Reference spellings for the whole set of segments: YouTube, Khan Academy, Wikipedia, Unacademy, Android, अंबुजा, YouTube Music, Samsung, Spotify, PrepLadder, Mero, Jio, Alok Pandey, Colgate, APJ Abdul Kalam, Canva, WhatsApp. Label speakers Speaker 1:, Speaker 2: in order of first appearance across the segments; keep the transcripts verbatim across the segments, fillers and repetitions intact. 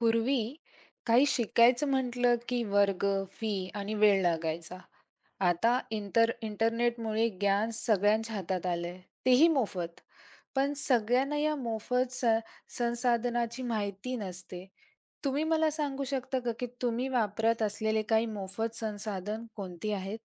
Speaker 1: पूर्वी काही शिकायचं म्हटलं की वर्ग, fee आणि वेळ लागायचा. आता इंटर इंटरनेटमुळे ज्ञान सगळ्यांच्या हातात आलंय. तेही मोफत. पण सगळ्यांना या मोफत स संसाधनाची माहिती नसते. तुम्ही मला सांगू शकता का, की तुम्ही वापरत असलेले काही मोफत संसाधन कोणती आहेत?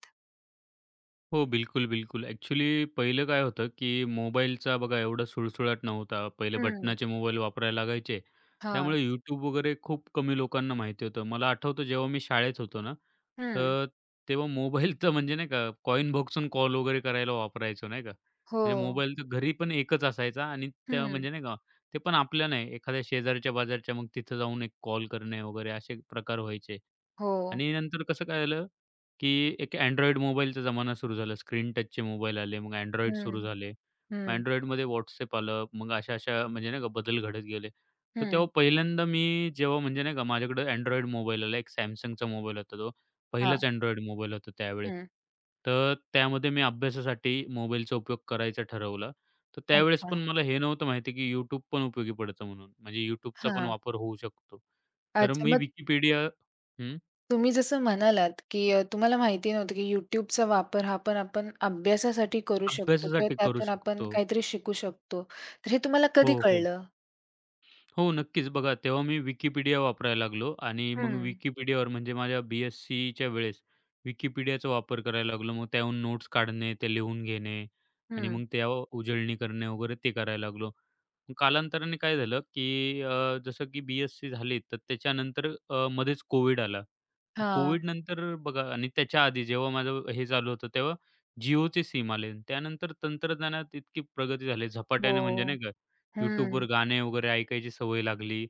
Speaker 2: हो, बिलकुल, बिलकुल. ॲक्चुअली पहिलं काय होतं, की मोबाईलचा बघा एवढा सुळसुळाट नव्हता. पहिले
Speaker 1: हं.
Speaker 2: बटनाचे मोबाईल वापरायला लागायचे.
Speaker 1: हां.
Speaker 2: त्यामुळे YouTube वगैरे खूप कमी लोकांना माहिती होतं. मला आठवतं जेव्हा मी शाळेत होतो ना,
Speaker 1: हं.
Speaker 2: तर तेव्हा मोबाईलचं म्हणजे नाही का कॉइन बॉक्सून कॉल वगैरे करायला वापरायचो नाही का.
Speaker 1: हो.
Speaker 2: म्हणजे मोबाईल तर घरी पण एकच असायचा आणि त्या
Speaker 1: हं.
Speaker 2: म्हणजे नाही का ते पण आपल्या नाही, एखाद्या शेजारच्या पाजारच्या मग तिथं जाऊन एक कॉल करणे वगैरे असे प्रकार व्हायचे.
Speaker 1: हो.
Speaker 2: आणि नंतर कसं काय झालं, की एक Android मोबाईलचा जमाना सुरू झाला. स्क्रीन टचचे मोबाईल आले. मग Android सुरू
Speaker 1: हं.
Speaker 2: झाले. मग
Speaker 1: हं.
Speaker 2: Androidमध्ये WhatsApp आलं. मग अशा-अशा म्हणजे नाही का बदल घडत गेले. तर
Speaker 1: हं.
Speaker 2: तेव्हा पहिल्यांदा मी जेव्हा म्हणजे नाही का माझ्याकडे Android मोबाईल आला. एक Samsungचा मोबाईल होता तो.
Speaker 1: हां.
Speaker 2: पहिलाच Android मोबाईल होता त्यावेळेस.
Speaker 1: हं.
Speaker 2: तर त्यामध्ये मी अभ्यासासाठी मोबाईलचा उपयोग करायचा ठरवला. तर त्यावेळेस
Speaker 1: अच्छा.
Speaker 2: पण मला हे नव्हतं माहिती, की YouTube पण उपयोगी पडतं म्हणून. म्हणजे YouTubeचा पण
Speaker 1: हां.
Speaker 2: वापर होऊ शकतो. तर
Speaker 1: अच्छा.
Speaker 2: मी
Speaker 1: मग
Speaker 2: Wikipedia
Speaker 1: तुम्ही जसं म्हणालात, की अ, तुम्हाला माहिती नव्हतं, की YouTubeचा वापर हा पण आपण अभ्यासासाठी करू शकतो किंवा
Speaker 2: अभ्यासासाठी करू
Speaker 1: त्यातून आपण
Speaker 2: शकतो.
Speaker 1: काहीतरी शिकू शकतो. तर हे तुम्हाला कधी
Speaker 2: हो, हो.
Speaker 1: कळलं?
Speaker 2: हो, नक्कीच. बघा तेव्हा मी Wikipedia वापरायला लागलो आणि मग
Speaker 1: हं,
Speaker 2: Wikipediaवर म्हणजे माझ्या बी-एस-सीच्या वेळेस Wikipediaचा वापर करायला लागलो. मग त्याहून नोट्स काढणे, ते लिहून घेणे आणि
Speaker 1: हं.
Speaker 2: मग त्यावर उजळणी करणे वगैरे ते करायला लागलो. मग कालांतराने काय झालं, की अ, जसं की बी-एससी झाली, तर त्याच्यानंतर अ, मध्येच कोविड आला. तर
Speaker 1: हां.
Speaker 2: कोविडनंतर बघा आणि त्याच्या आधी जेव्हा माझं हे चालू होतं, तेव्हा Jioचे सिम आले. आणि त्यानंतर तंत्रज्ञानात इतकी प्रगती झाली
Speaker 1: हो.
Speaker 2: झपाट्याने म्हणजे नाही का,
Speaker 1: हं.
Speaker 2: YouTubeवर गाणे वगैरे ऐकायची सवय लागली.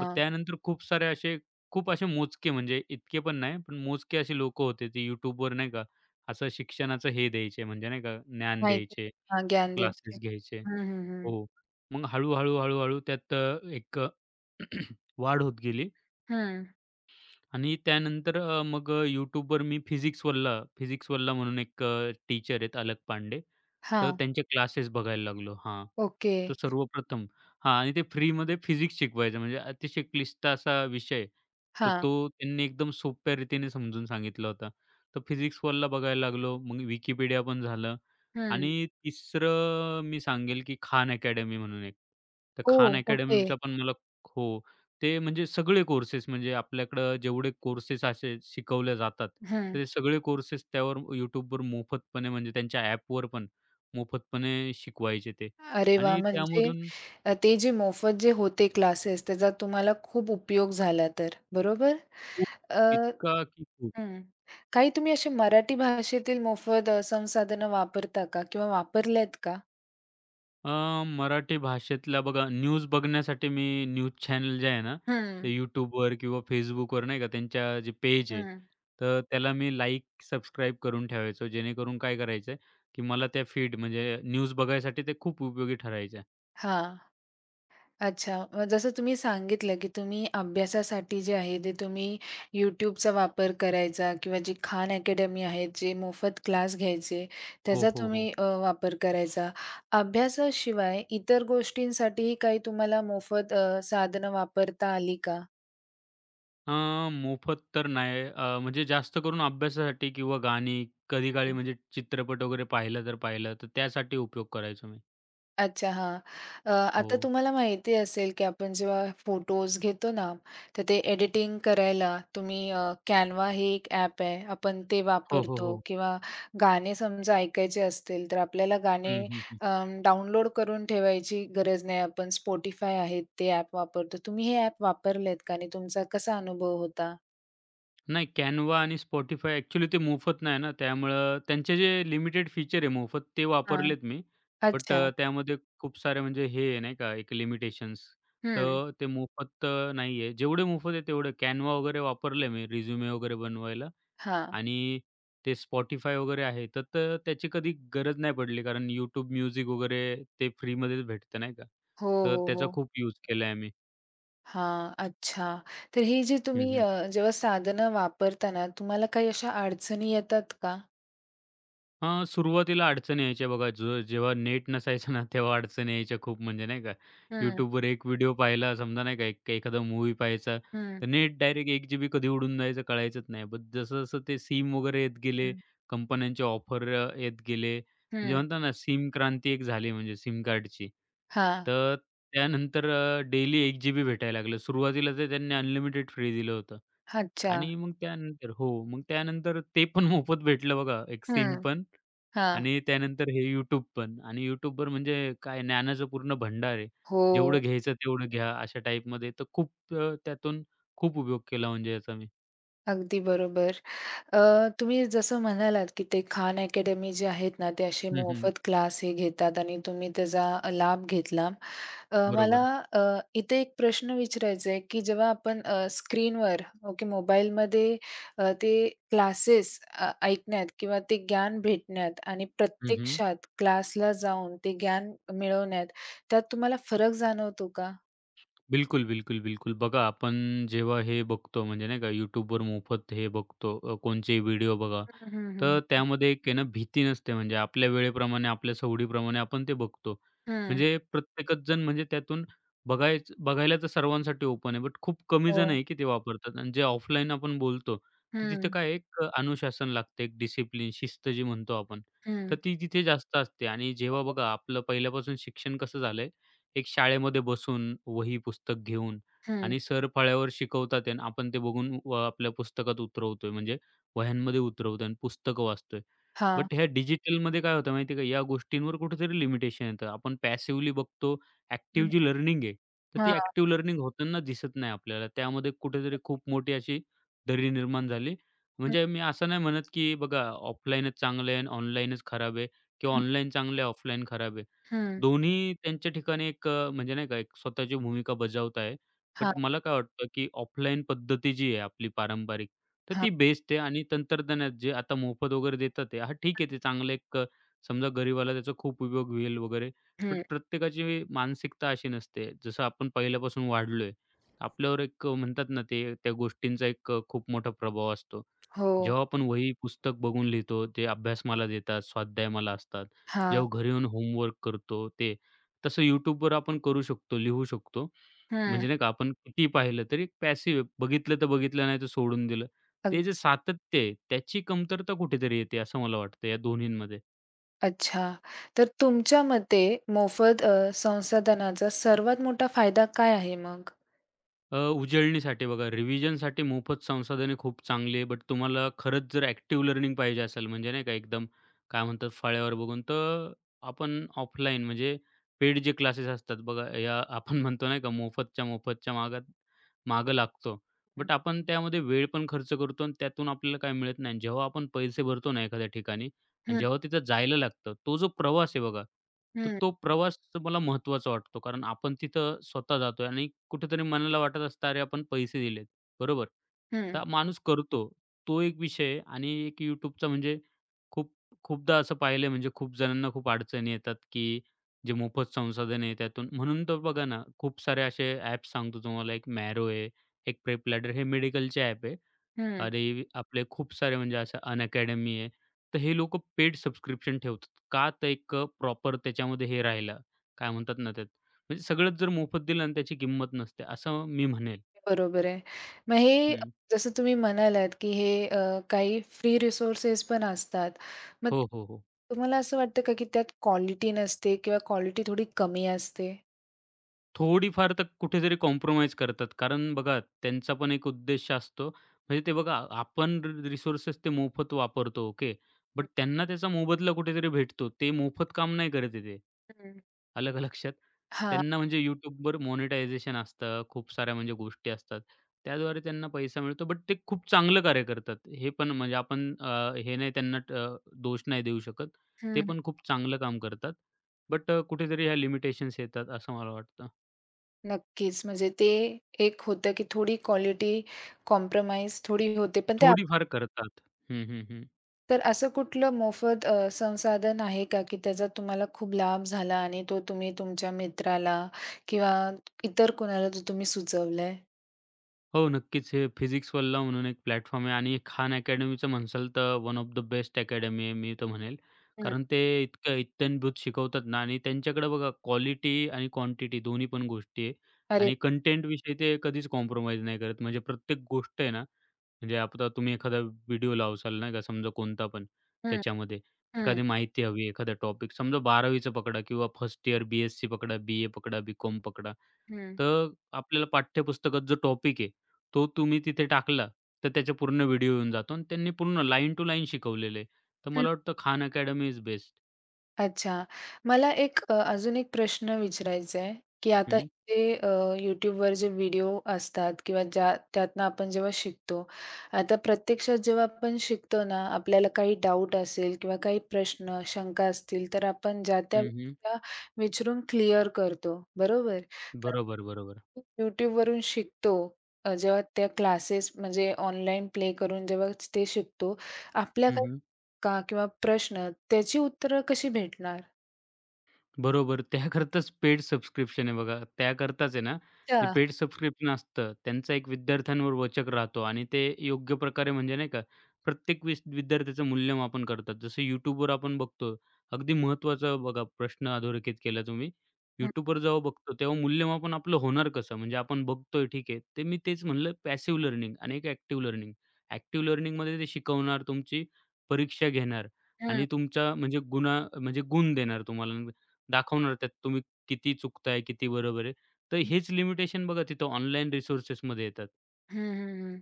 Speaker 2: मग त्यानंतर खूप सारे असे खूप असे मोजके म्हणजे इतके पण नाही, पण मोजके असे लोकं होते, ते YouTubeवर नाही का, असं शिक्षणाचं हे द्यायचे म्हणजे नाही का, ज्ञान
Speaker 1: माहिती.
Speaker 2: द्यायचे,
Speaker 1: हां, ज्ञान द्यायचे.
Speaker 2: क्लासेस घ्यायचे.
Speaker 1: हं, हं, हं.
Speaker 2: हो. मग हळू-हळू, हळूहळू त्यात अ, एक अ, वाढ होत गेली
Speaker 1: हं.
Speaker 2: आणि त्यानंतर अ, मग अ, YouTubeवर मी फिजिक्स वल्ला फिजिक्स वल्ला म्हणून एक टीचर आहेत अलक पांडे. तर
Speaker 1: हां.
Speaker 2: त्यांचे क्लासेस बघायला लागलो. हां.
Speaker 1: ओके.
Speaker 2: तर सर्वप्रथम हां आणि ते फ्रीमध्ये फिजिक्स शिकवायचे म्हणजे अतिशय क्लिष्ट असा विषय. तर
Speaker 1: हां.
Speaker 2: तो त्यांनी एकदम सोप्या रीतीने समजून सांगितला होता. तर फिजिक्स वल्ला बघायला लागलो. मग Wikipedia पण झालं.
Speaker 1: हं.
Speaker 2: आणि तिसरं मी सांगेल, की खान अकॅडमी म्हणून एक. तर
Speaker 1: ओह!
Speaker 2: खान
Speaker 1: ओके.
Speaker 2: अकॅडमीचा पण मला हो. ते म्हणजे सगळे कोर्सेस म्हणजे आपल्याकडं जेवढे कोर्सेस असे शिकवले जातात,
Speaker 1: हं.
Speaker 2: तर ते सगळे कोर्सेस त्यावर YouTubeवर मोफतपणे म्हणजे त्यांच्या ॲपवर पण मोफतपणे शिकवायचे ते.
Speaker 1: अरे वाह!
Speaker 2: आणि
Speaker 1: म्हणजे
Speaker 2: त्यामधून
Speaker 1: अ, ते जे मोफत जे होते क्लासेस त्याचा तुम्हाला खूप उपयोग झाला तर, बरोबर? अ
Speaker 2: खूप इतका की खूप.
Speaker 1: हं. काही तुम्ही असे मराठी भाषेतील मोफत अ, संसाधनं वापरता का? किंवा वापरल्यात का?
Speaker 2: अ, मराठी भाषेतल्या बघा न्यूज बघण्यासाठी मी न्यूज चॅनल जे आहे ना, ते
Speaker 1: हं,
Speaker 2: YouTubeवर किंवा Facebookवर नाही का त्यांच्या जे पेज आहे,
Speaker 1: हं.
Speaker 2: तर त्याला मी लाईक, सबस्क्राईब करून ठेवायचो. जेणेकरून काय करायचं, की मला त्या फीड म्हणजे न्यूज बघायसाठी ते खूप उपयोगी ठरायच्या.
Speaker 1: हां. अच्छा. मग जसं तुम्ही सांगितलं, की तुम्ही अभ्यासासाठी जे आहे ते तुम्ही YouTubeचा वापर करायचा किंवा जी खान अकॅडमी आहे, जे मोफत क्लास घ्यायचे,
Speaker 2: हो,
Speaker 1: त्याचा
Speaker 2: हो,
Speaker 1: तुम्ही
Speaker 2: हो.
Speaker 1: अ, वापर करायचा. अभ्यासाशिवाय इतर गोष्टींसाठीही काही तुम्हाला मोफत अ, साधनं वापरता आली का?
Speaker 2: अ, मोफत तर नाही. अ, म्हणजे जास्त करून अभ्यासासाठी किंवा गाणी, कधी-काळी म्हणजे चित्रपट वगैरे पाहिलं तर पाहिलं, तर त्यासाठी उपयोग करायचो मी.
Speaker 1: अच्छा, हां. अ,
Speaker 2: हो.
Speaker 1: आता तुम्हाला माहिती असेल, की आपण जेव्हा फोटोज घेतो ना, तर ते एडिटिंग करायला तुम्ही अ, Canva हे एक ॲप आहे. आपण ते
Speaker 2: हो, हो,
Speaker 1: वापरतो
Speaker 2: हो.
Speaker 1: किंवा गाणे समजा ऐकायचे असतील, तर आपल्याला गाणे
Speaker 2: हं, हं, हं.
Speaker 1: अं, डाउनलोड करून ठेवायची गरज नाही. आपण Spotify आहे, ते ॲप वापरतो. तुम्ही हे ॲप वापरलेत का आणि तुमचा कसा अनुभव होता?
Speaker 2: नाही Canva आणि Spotify ॲक्चुअली ते मोफत नाही ना, त्यामुळं त्यांचे जे लिमिटेड फीचर आहे मोफत ते
Speaker 1: हां.
Speaker 2: वापरलेत मी. बट
Speaker 1: अच्छा.
Speaker 2: अ, त्यामध्ये खूप सारे म्हणजे हे आहे नाही का एक लिमिटेशन्स.
Speaker 1: हं.
Speaker 2: तर ते मोफत अ, नाही आहे. जेवढे मोफत आहे तेवढे Canva वगैरे वापरले मी रिझ्युमे वगैरे बनवायला
Speaker 1: हां.
Speaker 2: आणि ते Spotify वगैरे आहे. तर तर त्याची कधी गरज नाही पडली कारण YouTube म्युझिक वगैरे ते फ्रीमध्येच भेटतं नाही का.
Speaker 1: हो,
Speaker 2: तर
Speaker 1: हो,
Speaker 2: त्याचा
Speaker 1: हो.
Speaker 2: खूप यूज केलाय मी.
Speaker 1: हां, अच्छा. तर हे जे तुम्ही
Speaker 2: हं,
Speaker 1: अ, जेव्हा साधनं वापरता ना, तुम्हाला काही अशा अडचणी येतात का?
Speaker 2: हां, सुरुवातीला अडचणी यायच्या बघा. ज जेव्हा नेट नसायचं ना, तेव्हा अडचणी यायच्या खूप म्हणजे नाही का.
Speaker 1: हं,
Speaker 2: YouTubeवर एक व्हिडिओ पाहिला समजा नाही का, एक एखादा मूव्ही पाहायचा,
Speaker 1: हं,
Speaker 2: तर नेट डायरेक्ट एक जीबी कधी उडून जायचं कळायचंच नाही. पण जसं-जसं ते सिम वगैरे येत गेले,
Speaker 1: हं,
Speaker 2: कंपन्यांचे ऑफर येत गेले, म्हणजे
Speaker 1: हं.
Speaker 2: म्हणतात ना सिम क्रांती एक झाली म्हणजे सिम कार्डची.
Speaker 1: हां,
Speaker 2: तर त्यानंतर अ, डेली एक जीबी भेटायला लागलं. सुरुवातीला तर त्यांनी अनलिमिटेड फ्री दिलं होतं.
Speaker 1: अच्छा.
Speaker 2: आणि मग त्यानंतर हो, मग त्यानंतर ते पण मोफत भेटलं बघा. एक सिम
Speaker 1: हं.
Speaker 2: पण
Speaker 1: हां,
Speaker 2: आणि त्यानंतर हे YouTube पण आणि YouTubeवर म्हणजे काय ज्ञानाचं पूर्ण भंडार आहे. जेवढं
Speaker 1: हो,
Speaker 2: घ्यायचं तेवढं घ्या अशा टाईपमध्ये. तर खूप अ, त्यातून खूप उपयोग केला म्हणजे याचा मी.
Speaker 1: अगदी बरोबर. अ, तुम्ही जसं म्हणालात, की ते खान अकॅडमी जे आहेत ना, ते असे
Speaker 2: हं, हं.
Speaker 1: मोफत क्लास हे घेतात आणि तुम्ही त्याचा लाभ घेतला. अ, मला
Speaker 2: बरोबर.
Speaker 1: अ, इथे एक प्रश्न विचारायचा आहे, की जेव्हा आपण अ, स्क्रीनवर ओके मोबाईलमध्ये अ, ते क्लासेस अ, ऐकण्यात किंवा ते ज्ञान भेटण्यात आणि
Speaker 2: हं, हं.
Speaker 1: प्रत्यक्षात क्लासला जाऊन ते ज्ञान मिळवण्यात, त्यात तुम्हाला फरक जाणवतो का?
Speaker 2: बिलकुल, बिलकुल, बिलकुल. बघा आपण जेव्हा हे बघतो म्हणजे नाही का YouTubeवर मोफत हे बघतो अ, कोणचेही व्हिडिओ बघा,
Speaker 1: हं, हं,
Speaker 2: तर
Speaker 1: हं.
Speaker 2: त्यामध्ये एक आहे ना भीती नसते म्हणजे आपल्या वेळेप्रमाणे, आपल्या सवडीप्रमाणे आपण ते बघतो.
Speaker 1: हं.
Speaker 2: म्हणजे प्रत्येकच जण म्हणजे त्यातून बघायच बघायला तर सर्वांसाठी ओपन आहे, बट खूप कमी जण
Speaker 1: हो.
Speaker 2: आहे की ते वापरतात आणि जे ऑफलाईन आपण बोलतो, तर तिथं
Speaker 1: हं,
Speaker 2: काय एक अनुशासन लागते, एक डिसिप्लिन, शिस्त जी म्हणतो आपण, तर
Speaker 1: हं,
Speaker 2: ती तिथे जास्त असते आणि जेव्हा बघा आपलं पहिल्यापासून शिक्षण कसं झालंय एक शाळेमध्ये बसून, वही, पुस्तक घेऊन
Speaker 1: हं.
Speaker 2: आणि सर फळ्यावर शिकवतात आहे आणि आपण ते बघून व आपल्या पुस्तकात उतरवतोय, म्हणजे वह्यांमध्ये उतरवतोय आणि पुस्तकं वाचतोय.
Speaker 1: हां.
Speaker 2: बट ह्या डिजिटलमध्ये काय होतं माहिती आहे का, या गोष्टींवर कुठेतरी लिमिटेशन येतं. आपण पॅसिव्हली बघतो, ॲक्टिव्ह
Speaker 1: हं.
Speaker 2: जी लर्निंग आहे, तर ती
Speaker 1: हां.
Speaker 2: ॲक्टिव्ह लर्निंग होताना दिसत नाही आपल्याला. त्यामध्ये कुठेतरी खूप मोठी अशी दरी निर्माण झाली.
Speaker 1: हं,
Speaker 2: म्हणजे मी असं नाही म्हणत, की बघा ऑफलाईनच चांगलं आहे आणि ऑनलाईनच खराब आहे किंवा
Speaker 1: हं.
Speaker 2: ऑनलाईन चांगलं आहे, ऑफलाईन खराब आहे.
Speaker 1: हं.
Speaker 2: दोन्ही त्यांच्या ठिकाणी एक अ, म्हणजे नाही का एक स्वतःची भूमिका बजावत आहे.
Speaker 1: हां,
Speaker 2: बट मला काय वाटतं, की ऑफलाईन पद्धती जी आहे आपली पारंपरिक, तर
Speaker 1: हां.
Speaker 2: ती बेस्ट आहे आणि तंत्रज्ञानात जे आता मोफत वगैरे देतात आहे, हां ठीक आहे ते चांगलं एक अ, समजा गरीबाला त्याचा खूप उपयोग होईल वगैरे. पण
Speaker 1: हं.
Speaker 2: प्रत्येकाची मानसिकता अशी नसते. जसं आपण पहिल्यापासून वाढलोय, आपल्यावर एक अ, म्हणतात ना, ते त्या गोष्टींचा एक अ, खूप मोठा प्रभाव असतो.
Speaker 1: हो.
Speaker 2: जेव्हा आपण वही, पुस्तक बघून लिहितो, ते अभ्यास मला देतात, स्वाध्याय मला असतात.
Speaker 1: हां.
Speaker 2: जेव्हा घरी येऊन होमवर्क करतो ते. तसं YouTubeवर आपण करू शकतो, लिहू शकतो.
Speaker 1: हं.
Speaker 2: म्हणजे नाही का आपण किती पाहिलं तरी एक पॅसिव्ह बघितलं तर बघितलं, नाही तर सोडून दिलं.
Speaker 1: अग
Speaker 2: ते जे सातत्य आहे, त्याची कमतरता कुठेतरी येते असं मला वाटतं या दोन्हींमध्ये.
Speaker 1: अच्छा. तर तुमच्या मते मोफत अ, संसाधनाचा सर्वात मोठा फायदा काय आहे मग?
Speaker 2: अ, उजळणीसाठी बघा रिव्हिजनसाठी मोफत संसाधने खूप चांगली आहे. बट तुम्हाला खरंच जर ॲक्टिव्ह लर्निंग पाहिजे असेल म्हणजे नाही का एकदम काय म्हणतात फळ्यावर बघून, तर आपण ऑफलाईन म्हणजे पेड जे क्लासेस असतात बघा या आपण म्हणतो नाही का मोफतच्या मोफतच्या मागात मागं लागतो.
Speaker 1: हं,
Speaker 2: बट आपण त्यामध्ये वेळ पण खर्च करतो आणि त्यातून आपल्याला काय मिळत नाही. जेव्हा आपण पैसे भरतो ना एखाद्या ठिकाणी आणि
Speaker 1: हं,
Speaker 2: जेव्हा तिथं जायला लागतं, तो जो प्रवास आहे बघा तर
Speaker 1: हं,
Speaker 2: तो प्रवास मला महत्त्वाचा वाटतो. कारण आपण तिथं स्वतः जातोय आणि कुठेतरी मनाला वाटत असतं, "अरे, आपण पैसे दिलेत." बरोबर?
Speaker 1: हं,
Speaker 2: तर माणूस करतो. तो एक विषय आहे आणि एक YouTubeचा म्हणजे खूप खूपदा असं पाहिलंय म्हणजे खूप जणांना खूप अडचणी येतात, की जे मोफत संसाधन आहे त्यातून म्हणून तर बघा ना, खूप सारे असे ॲप्स सांगतो तुम्हाला. एक Mero आहे, एक PrepLadder हे मेडिकलचे ॲप आहे.
Speaker 1: हं.
Speaker 2: अरे, आपले खूप सारे म्हणजे असं अनअकॅडमी आहे. तर हे लोकं पेड सबस्क्रिप्शन ठेवतात. का तर एक अ, प्रॉपर त्याच्यामध्ये हे राहिलं, काय म्हणतात ना त्यात म्हणजे सगळंच जर मोफत दिलं ना त्याची किंमत नसते, असं मी म्हणेल.
Speaker 1: बरोबर आहे. मग हे
Speaker 2: हं.
Speaker 1: जसं तुम्ही म्हणालात, की हे अ, काही फ्री रिसोर्सेस पण असतात. मग
Speaker 2: हो, हो, हो.
Speaker 1: तुम्हाला असं वाटतं का, की त्यात क्वालिटी नसते किंवा क्वालिटी थोडी कमी असते?
Speaker 2: थोडीफार तर कुठेतरी कॉम्प्रोमाईज करतात. कारण बघा त्यांचा पण एक उद्देश असतो. म्हणजे ते बघा आपण रिसोर्सेस ते मोफत वापरतो, ओके. बट
Speaker 1: हं,
Speaker 2: त्यांना त्याचा मोबदला कुठेतरी भेटतो. ते मोफत काम नाही करत आहे ते.
Speaker 1: हं.
Speaker 2: आलं का लक्षात?
Speaker 1: हां.
Speaker 2: त्यांना म्हणजे YouTubeवर मोनेटायझेशन असतं, खूप साऱ्या म्हणजे गोष्टी असतात. त्याद्वारे त्यांना पैसा मिळतो, बट ते खूप चांगलं कार्य करतात. हे पण म्हणजे आपण अ, हे नाही त्यांना ट- अ, दोष नाही देऊ शकत. ते
Speaker 1: हं.
Speaker 2: पण खूप चांगलं काम करतात. बट कुठेतरी ह्या लिमिटेशन्स येतात असं मला वाटतं.
Speaker 1: नक्कीच. म्हणजे ते एक होतं, की थोडी क्वालिटी कॉम्प्रोमाईज थोडी होते. पण ते आप-
Speaker 2: थोडीफार करतात. हं, हं, हं.
Speaker 1: तर असं कुठलं मोफत अ, संसाधन आहे का, की त्याचा तुम्हाला खूप लाभ झाला आणि तो तुम्ही तुमच्या मित्राला किंवा इतर कोणाला तो तुम्ही सुचवलाय?
Speaker 2: हो, नक्कीच. हे फिजिक्स वल्ला म्हणून एक प्लॅटफॉर्म आहे आणि खान अकॅडमीचं म्हणसाल तर one of the best academy आहे मी तर म्हणेल.
Speaker 1: हं.
Speaker 2: कारण ते इतकं इत्थंभूत शिकवतात ना आणि त्यांच्याकडे बघा क्वालिटी आणि क्वांटिटी दोन्ही पण गोष्टी आहे
Speaker 1: अरे
Speaker 2: आणि कंटेंटविषयी ते कधीच कॉम्प्रोमाईज नाही करत. म्हणजे प्रत्येक गोष्ट आहे ना, म्हणजे आता तुम्ही एखादा व्हिडिओ लावसाल नाही का समजा कोणता पण
Speaker 1: हं,
Speaker 2: त्याच्यामध्ये
Speaker 1: हं,
Speaker 2: एखादी माहिती हवी एखादा टॉपिक समजा 12वीचं पकडा किंवा फर्स्ट इयर बी-एससी पकडा, बी-ए पकडा, बी-कॉम पकडा.
Speaker 1: हं,
Speaker 2: तर आपल्याला पाठ्यपुस्तकात जो टॉपिक आहे, तो तुम्ही तिथे टाकला, तर त्याचे पूर्ण व्हिडिओ येऊन जातो आणि त्यांनी पूर्ण लाईन टू लाईन शिकवलेले आहे. तर मला वाटतं खान अकॅडमी इज बेस्ट.
Speaker 1: अच्छा. मला एक अ, अजून एक प्रश्न विचारायचा आहे, की आता
Speaker 2: हं,
Speaker 1: जे अ, YouTubeवर जे व्हिडिओ असतात किंवा ज्या त्यातनं आपण जेव्हा शिकतो, आता प्रत्यक्षात जेव्हा आपण शिकतो ना, आपल्याला काही डाऊट असेल किंवा काही प्रश्न, शंका असतील, तर आपण ज्या त्या
Speaker 2: हं, हं.
Speaker 1: त्या विचारून क्लिअर करतो, बरोबर? तर
Speaker 2: बरोबर, बरोबर.
Speaker 1: YouTubeवरून शिकतो, अ, जेव्हा त्या क्लासेस म्हणजे ऑनलाईन प्ले करून जेव्हा ते शिकतो, आपल्या
Speaker 2: हं, हं.
Speaker 1: का किंवा प्रश्न त्याची उत्तरं कशी भेटणार?
Speaker 2: बरोबर. त्याकरताच पेड सबस्क्रिप्शन आहे बघा. त्याकरताच आहे ना, जे
Speaker 1: अच्छा.
Speaker 2: पेड सबस्क्रिप्शन असतं त्यांचा एक विद्यार्थ्यांवर वचक राहतो आणि ते योग्य प्रकारे म्हणजे नाही का, प्रत्येक विस विद्यार्थ्याचं मूल्यमापन करतात. जसं YouTubeवर आपण बघतो, अगदी महत्त्वाचा बघा प्रश्न अधोरेखित केला तुम्ही.
Speaker 1: हं,
Speaker 2: YouTubeवर जेव्हा बघतो तेव्हा मूल्यमापन आपलं होणार कसं? म्हणजे आपण बघतोय ठीक आहे. ते मी तेच म्हणलं पॅसिव्ह लर्निंग आणि एक ॲक्टिव्ह लर्निंग. ॲक्टिव्ह लर्निंगमध्ये ते शिकवणार, तुमची परीक्षा घेणार
Speaker 1: हं.
Speaker 2: आणि तुमच्या म्हणजे गुणा म्हणजे गुण देणार तुम्हाला. दाखवणार त्यात तुम्ही किती चुकताय, किती बरोबर आहे. तर हेच लिमिटेशन बघा तिथं ऑनलाईन रिसोर्सेसमध्ये येतात,
Speaker 1: हं, हं, हं.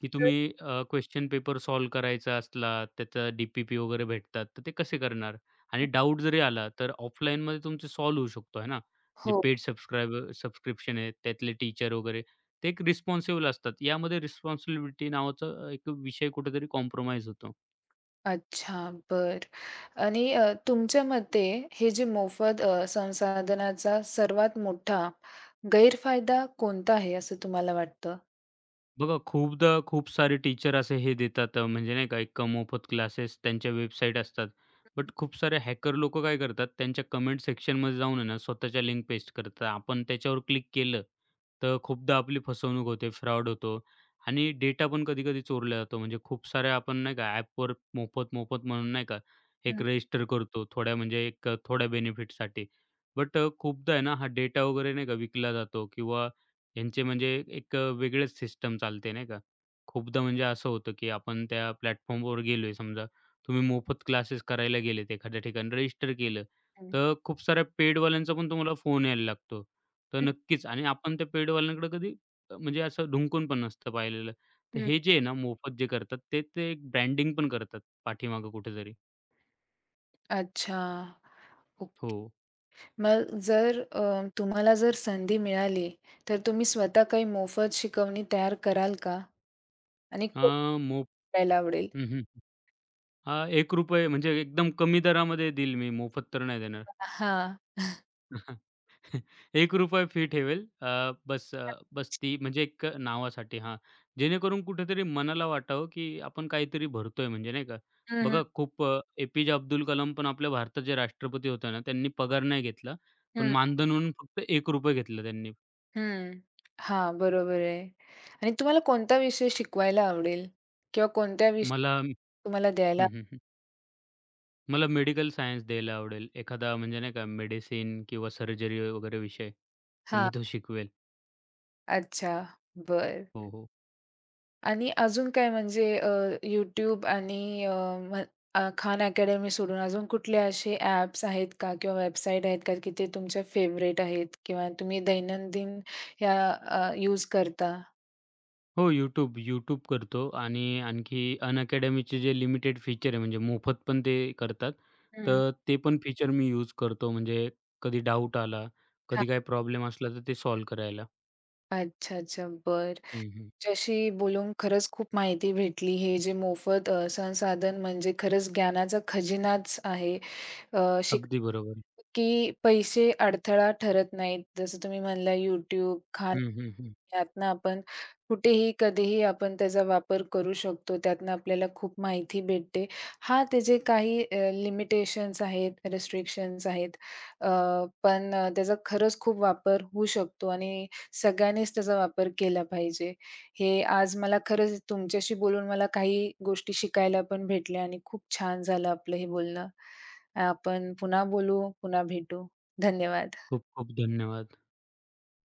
Speaker 2: की
Speaker 1: तर
Speaker 2: तुम्ही अ, क्वेश्चन पेपर सॉल्व्ह करायचा असला, त्याचा डी-पी-पी वगैरे भेटतात, तर ते कसे करणार? आणि डाउट जरी आला, तर ऑफलाईनमध्ये तुमचे सॉल्व्ह होऊ शकतो आहे ना. जे
Speaker 1: हो.
Speaker 2: पेड सबस्क्रायबर सबस्क्रिप्शन आहे, त्यातले टीचर वगैरे, ते एक रिस्पॉन्सिबल असतात. यामध्ये रिस्पॉन्सिबिलिटी नावाचा अ, एक विषय कुठेतरी कॉम्प्रोमाईज होतो.
Speaker 1: अच्छा, बरं. आणि अ, तुमच्या मते हे जे मोफत अ, संसाधनाचा सर्वात मोठा गैरफायदा कोणता आहे असं तुम्हाला वाटतं?
Speaker 2: बघा खूपदा खूप सारे टीचर असे हे देतात अ, म्हणजे नाही का एक मोफत क्लासेस त्यांच्या वेबसाईट असतात. बट खूप सारे हॅकर लोकं काय करतात त्यांच्या कमेंट सेक्शनमध्ये जाऊन आहे ना स्वतःच्या लिंक पेस्ट करतात. आपण त्याच्यावर क्लिक केलं, तर खूपदा आपली फसवणूक होते, फ्रॉड होतो आणि डेटा पण कधी-कधी चोरला जातो. म्हणजे खूप साऱ्या आपण नाही का ॲपवर मोफत-मोफत म्हणून नाही का
Speaker 1: हं,
Speaker 2: एक रजिस्टर करतो थोड्या म्हणजे एक अ, थोड्या बेनिफिटसाठी. बट खूपदा आहे ना हा डेटा वगैरे नाही का विकला जातो किंवा यांचे म्हणजे एक अ, वेगळेच सिस्टम चालते नाही का. खूपदा म्हणजे असं होतं, की आपण त्या प्लॅटफॉर्मवर गेलोय समजा तुम्ही मोफत क्लासेस करायला गेलेत एखाद्या ठिकाणी रजिस्टर केलं,
Speaker 1: हं.
Speaker 2: तर खूप साऱ्या पेडवाल्यांचा पण तुम्हाला फोन यायला लागतो. तर
Speaker 1: हं,
Speaker 2: नक्कीच आणि आपण त्या पेडवाल्यांकडे कधी अ, म्हणजे असं ढुंकून पण नसतं पाहिलेलं. तर
Speaker 1: हं.
Speaker 2: हे जे आहे ना मोफत जे करतात ते ते एक ब्रँडिंग पण करतात पाठीमागे कुठेतरी.
Speaker 1: अच्छा. ओक
Speaker 2: हो.
Speaker 1: मग जर अ, तुम्हाला जर संधी मिळाली, तर तुम्ही स्वतः काही मोफत शिकवणी तयार कराल का? आणि
Speaker 2: अ,
Speaker 1: कोण
Speaker 2: मोफ
Speaker 1: करायला आवडेल?
Speaker 2: हं, हं. अ, ₹एक रुपया म्हणजे एकदम कमी दरामध्ये देईल मी मोफत तर नाही देणार.
Speaker 1: हां.
Speaker 2: ₹एक रुपया फी ठेवेल. अ, बस अ, बस ती म्हणजे एक नावासाठी हां. जेणेकरून कुठेतरी मनाला वाटावं, की आपण काहीतरी भरतोय म्हणजे नाही का.
Speaker 1: हं, हं.
Speaker 2: बघा खूप अ, एपीजे अब्दुल कलाम पण आपल्या भारताचे राष्ट्रपती होते ना, त्यांनी पगार नाही घेतला. पण
Speaker 1: हं,
Speaker 2: मानधन म्हणून फक्त ₹एक रुपया घेतलं त्यांनी.
Speaker 1: हं. हां, बरोबर आहे. आणि तुम्हाला कोणता विषय शिकवायला आवडेल? किंवा कोणत्या विषय
Speaker 2: मला
Speaker 1: तुम्हाला द्यायला
Speaker 2: हं, हं, हं. मला मेडिकल सायन्स द्यायला आवडेल. एखादा म्हणजे नाही का मेडिसिन किंवा सर्जरी वगैरे विषय. तर
Speaker 1: हां,
Speaker 2: मी तो शिकवेल.
Speaker 1: अच्छा, बरं.
Speaker 2: हो, हो.
Speaker 1: आणि अजून काय म्हणजे अ, YouTube आणि अ, म्ह अ, खान अकॅडमी सोडून अजून कुठले असे ॲप्स आहेत का किंवा वेबसाईट आहेत का, की ते तुमच्या फेव्हरेट आहेत किंवा तुम्ही दैनंदिन ह्या अ, यूज करता?
Speaker 2: हो, YouTube. YouTube करतो आणि आणखी अनअकॅडमीचे जे लिमिटेड फीचर आहे, म्हणजे मोफत पण ते करतात.
Speaker 1: हं.
Speaker 2: तर ते पण फीचर मी यूज करतो. म्हणजे कधी डाऊट आला,
Speaker 1: हां,
Speaker 2: कधी काही प्रॉब्लेम असला तर ते सॉल्व्ह करायला.
Speaker 1: अच्छा, अच्छा, बरं.
Speaker 2: हं, हं.
Speaker 1: तुमच्याशी बोलून खरंच खूप माहिती भेटली. हे जे मोफत अ, संसाधन म्हणजे खरंच ज्ञानाचा खजिनाच आहे. अ,
Speaker 2: अगदी
Speaker 1: शिकलं
Speaker 2: बरोबर.
Speaker 1: की पैसे अडथळा ठरत नाहीत. जसं तुम्ही म्हणला यूट्यूब खाणं
Speaker 2: हं, हं, हं.
Speaker 1: त्यातनं आपण कुठेही, कधीही आपण त्याचा वापर करू शकतो. त्यातनं आपल्याला खूप माहिती भेटते. हां, त्याचे काही अ, लिमिटेशन्स आहेत, रिस्ट्रिक्शन्स आहेत. अ, पण अ, त्याचा खरंच खूप वापर होऊ शकतो आणि सगळ्यांनीच त्याचा वापर केला पाहिजे. हे आज मला खरंच तुमच्याशी बोलून मला काही गोष्टी शिकायला पण भेटल्या आणि खूप छान झालं आपलं हे बोलणं. आपण पुन्हा बोलू, पुन्हा भेटू. धन्यवाद.
Speaker 2: खूप खूप धन्यवाद.